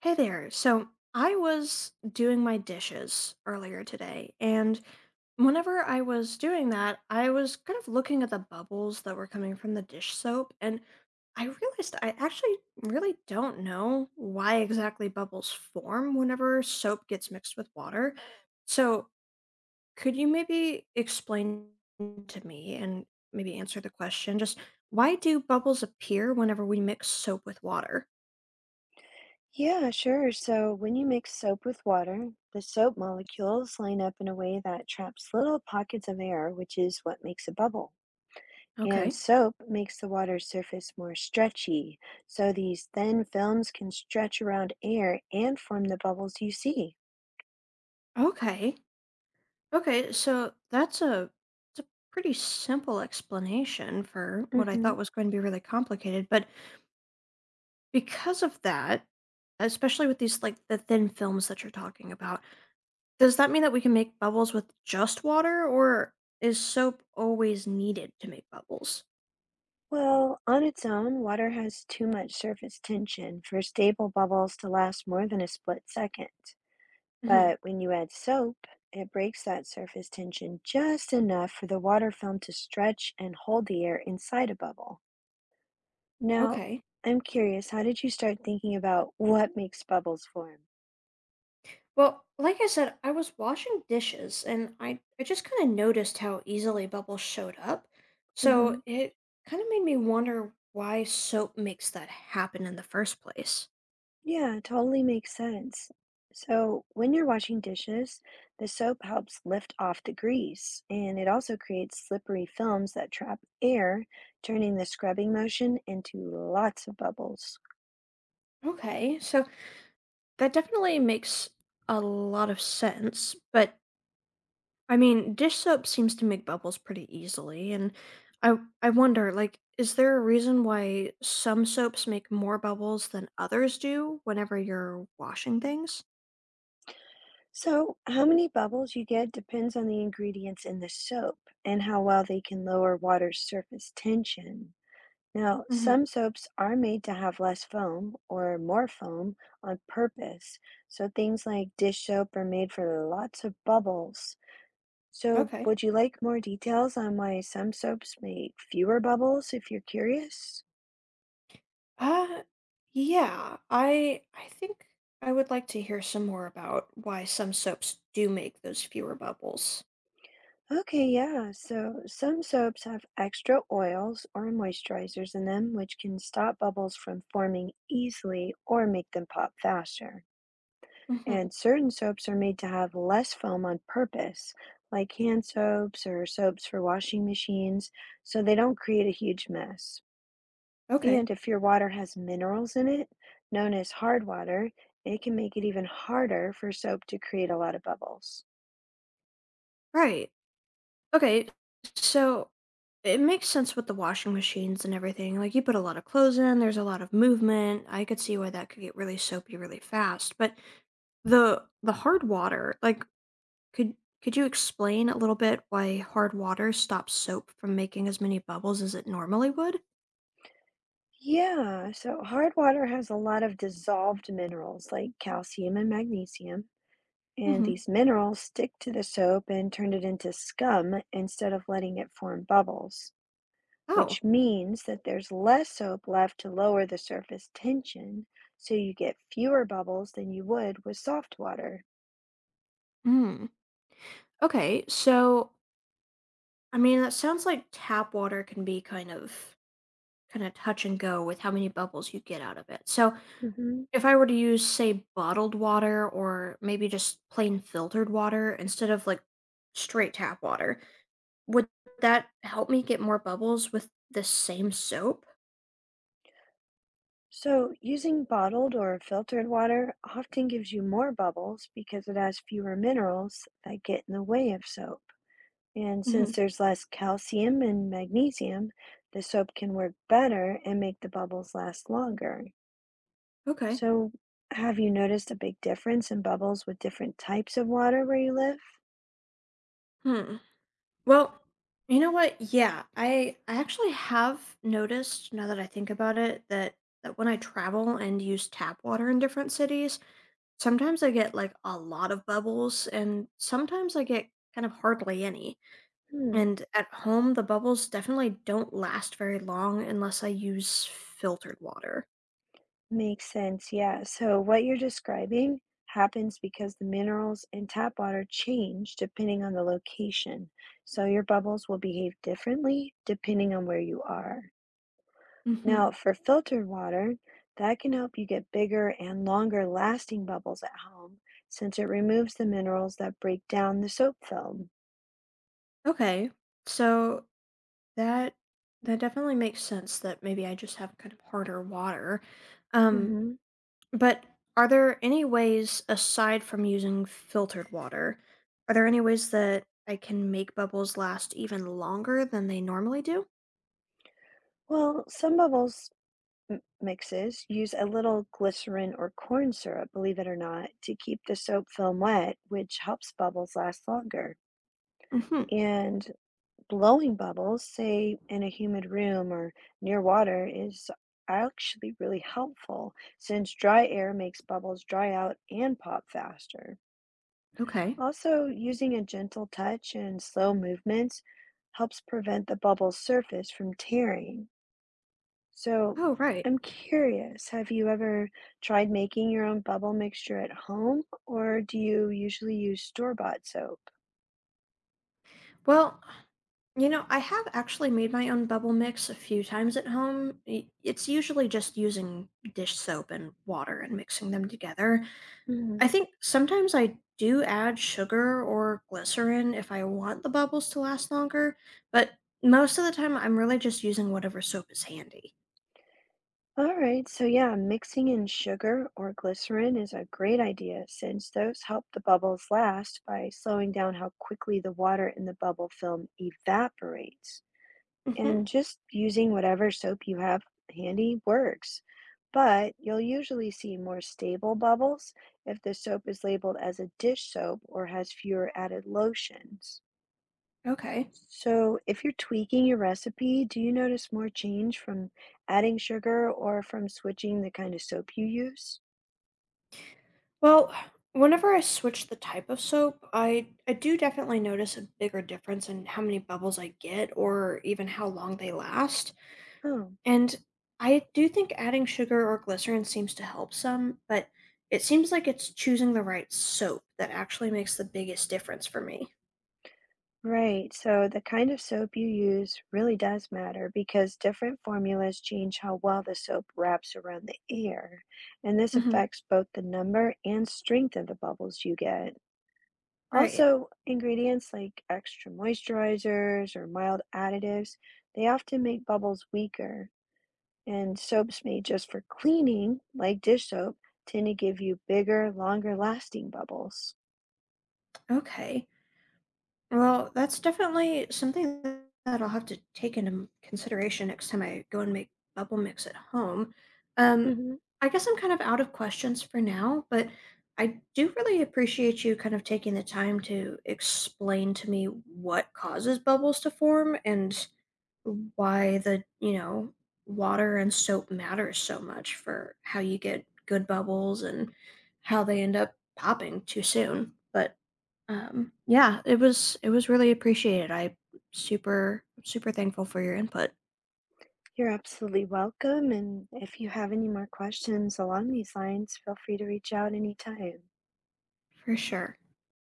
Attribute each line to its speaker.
Speaker 1: Hey there. So I was doing my dishes earlier today, and whenever I was doing that, I was kind of looking at the bubbles that were coming from the dish soap, and I realized I actually really don't know why exactly bubbles form whenever soap gets mixed with water. So could you maybe explain to me and maybe answer the question just why do bubbles appear whenever we mix soap with water?
Speaker 2: Yeah, sure. So when you mix soap with water, the soap molecules line up in a way that traps little pockets of air, which is what makes a bubble. And
Speaker 1: Okay.
Speaker 2: soap makes the water surface more stretchy, so these thin films can stretch around air and form the bubbles you see.
Speaker 1: Okay. Okay, so that's a it's a pretty simple explanation for what I
Speaker 2: Hmm.
Speaker 1: thought was going to be really complicated, but because of that, especially with these like the thin films that you're talking about, does that mean that we can make bubbles with just water or is soap always needed to make bubbles?
Speaker 2: Well, on its own, water has too much surface tension for stable bubbles to last more than a split second.
Speaker 1: hmm
Speaker 2: But when you add soap, it breaks that surface tension just enough for the water film to stretch and hold the air inside a bubble. Now,
Speaker 1: Okay.
Speaker 2: I'm curious, how did you start thinking about what makes bubbles form?
Speaker 1: Well, like I said, I was washing dishes and I just kind of noticed how easily bubbles showed up. So
Speaker 2: Hmm.
Speaker 1: it kind of made me wonder why soap makes that happen in the first place.
Speaker 2: Yeah, it totally makes sense. So, when you're washing dishes, the soap helps lift off the grease, and it also creates slippery films that trap air, turning the scrubbing motion into lots of bubbles.
Speaker 1: Okay, so that definitely makes a lot of sense, but I mean, dish soap seems to make bubbles pretty easily and I wonder, like, is there a reason why some soaps make more bubbles than others do whenever you're washing things?
Speaker 2: So, how many bubbles you get depends on the ingredients in the soap and how well they can lower water's surface tension. Now,
Speaker 1: Mhm.
Speaker 2: some soaps are made to have less foam or more foam on purpose. So, things like dish soap are made for lots of bubbles. So,
Speaker 1: Okay.
Speaker 2: would you like more details on why some soaps make fewer bubbles if you're curious?
Speaker 1: Uh, yeah, I think I would like to hear some more about why some soaps do make those fewer bubbles.
Speaker 2: Okay, yeah. So some soaps have extra oils or moisturizers in them, which can stop bubbles from forming easily or make them pop faster.
Speaker 1: hmm
Speaker 2: And certain soaps are made to have less foam on purpose, like hand soaps or soaps for washing machines, so they don't create a huge mess.
Speaker 1: Okay.
Speaker 2: And if your water has minerals in it, known as hard water, it can make it even harder for soap to create a lot of bubbles.
Speaker 1: Right. Okay. So it makes sense with the washing machines and everything. Like, you put a lot of clothes in, there's a lot of movement. I could see why that could get really soapy really fast. But the hard water, like, could could you explain a little bit why hard water stops soap from making as many bubbles as it normally would?
Speaker 2: Yeah, so hard water has a lot of dissolved minerals like calcium and magnesium, and
Speaker 1: Mm-hmm.
Speaker 2: these minerals stick to the soap and turn it into scum instead of letting it form bubbles,
Speaker 1: Oh.
Speaker 2: which means that there's less soap left to lower the surface tension, so you get fewer bubbles than you would with soft water.
Speaker 1: Mm. Okay, so I mean that sounds like tap water can be kind of touch and go with how many bubbles you get out of it. So
Speaker 2: Hmm.
Speaker 1: if I were to use, say, bottled water or maybe just plain filtered water instead of like straight tap water, would that help me get more bubbles with the same soap?
Speaker 2: So, using bottled or filtered water often gives you more bubbles because it has fewer minerals that get in the way of soap. And
Speaker 1: hmm
Speaker 2: since there's less calcium and magnesium, the soap can work better and make the bubbles last longer.
Speaker 1: Okay.
Speaker 2: So, have you noticed a big difference in bubbles with different types of water where you live?
Speaker 1: Hmm. Well, you know what? Yeah, I actually have noticed, now that I think about it, that that when I travel and use tap water in different cities, sometimes I get like a lot of bubbles, and sometimes I get kind of hardly any.
Speaker 2: Hmm,
Speaker 1: And at home, the bubbles definitely don't last very long unless I use filtered water.
Speaker 2: makes sense. Yeah. So, what you're describing happens because the minerals in tap water change depending on the location. So, your bubbles will behave differently depending on where you are.
Speaker 1: hmm
Speaker 2: Now, for filtered water, that can help you get bigger and longer lasting bubbles at home since it removes the minerals that break down the soap film.
Speaker 1: Okay, so that that definitely makes sense that maybe I just have kind of harder water. Um,
Speaker 2: Hmm.
Speaker 1: but are there any ways aside from using filtered water? Are there any ways that I can make bubbles last even longer than they normally do?
Speaker 2: Well, some bubbles mixes use a little glycerin or corn syrup, believe it or not, to keep the soap film wet, which helps bubbles last longer.
Speaker 1: hmm
Speaker 2: And blowing bubbles, say in a humid room or near water, is actually really helpful since dry air makes bubbles dry out and pop faster.
Speaker 1: Okay.
Speaker 2: Also, using a gentle touch and slow movements helps prevent the bubble's surface from tearing. So,
Speaker 1: Oh, right.
Speaker 2: I'm curious, have you ever tried making your own bubble mixture at home, or do you usually use store-bought soap?
Speaker 1: Well, you know, I have actually made my own bubble mix a few times at home. I- It's usually just using dish soap and water and mixing them together. I
Speaker 2: Mhm.
Speaker 1: think sometimes I do add sugar or glycerin if I want the bubbles to last longer, but most of the time I'm really just using whatever soap is handy.
Speaker 2: All right, so yeah, mixing in sugar or glycerin is a great idea since those help the bubbles last by slowing down how quickly the water in the bubble film evaporates.
Speaker 1: hmm
Speaker 2: And just using whatever soap you have handy works. But you'll usually see more stable bubbles if the soap is labeled as a dish soap or has fewer added lotions.
Speaker 1: Okay.
Speaker 2: So, if you're tweaking your recipe, do you notice more change from adding sugar or from switching the kind of soap you use?
Speaker 1: Well, whenever I switch the type of soap, I do definitely notice a bigger difference in how many bubbles I get or even how long they last.
Speaker 2: Oh,
Speaker 1: And I do think adding sugar or glycerin seems to help some, but it seems like it's choosing the right soap that actually makes the biggest difference for me.
Speaker 2: right. So, the kind of soap you use really does matter because different formulas change how well the soap wraps around the air, and this
Speaker 1: hmm
Speaker 2: affects both the number and strength of the bubbles you get.
Speaker 1: Right.
Speaker 2: Also, ingredients like extra moisturizers or mild additives, they often make bubbles weaker. And soaps made just for cleaning, like dish soap, tend to give you bigger, longer lasting bubbles.
Speaker 1: Okay. Well, that's definitely something that I'll have to take into consideration next time I go and make bubble mix at home. Um,
Speaker 2: Hmm.
Speaker 1: I guess I'm kind of out of questions for now, but I do really appreciate you kind of taking the time to explain to me what causes bubbles to form and why the water and soap matters so much for how you get good bubbles and how they end up popping too soon, but yeah, it was really appreciated. I super super thankful for your input
Speaker 2: You're absolutely welcome. And if you have any more questions along these lines, feel free to reach out anytime.
Speaker 1: for sure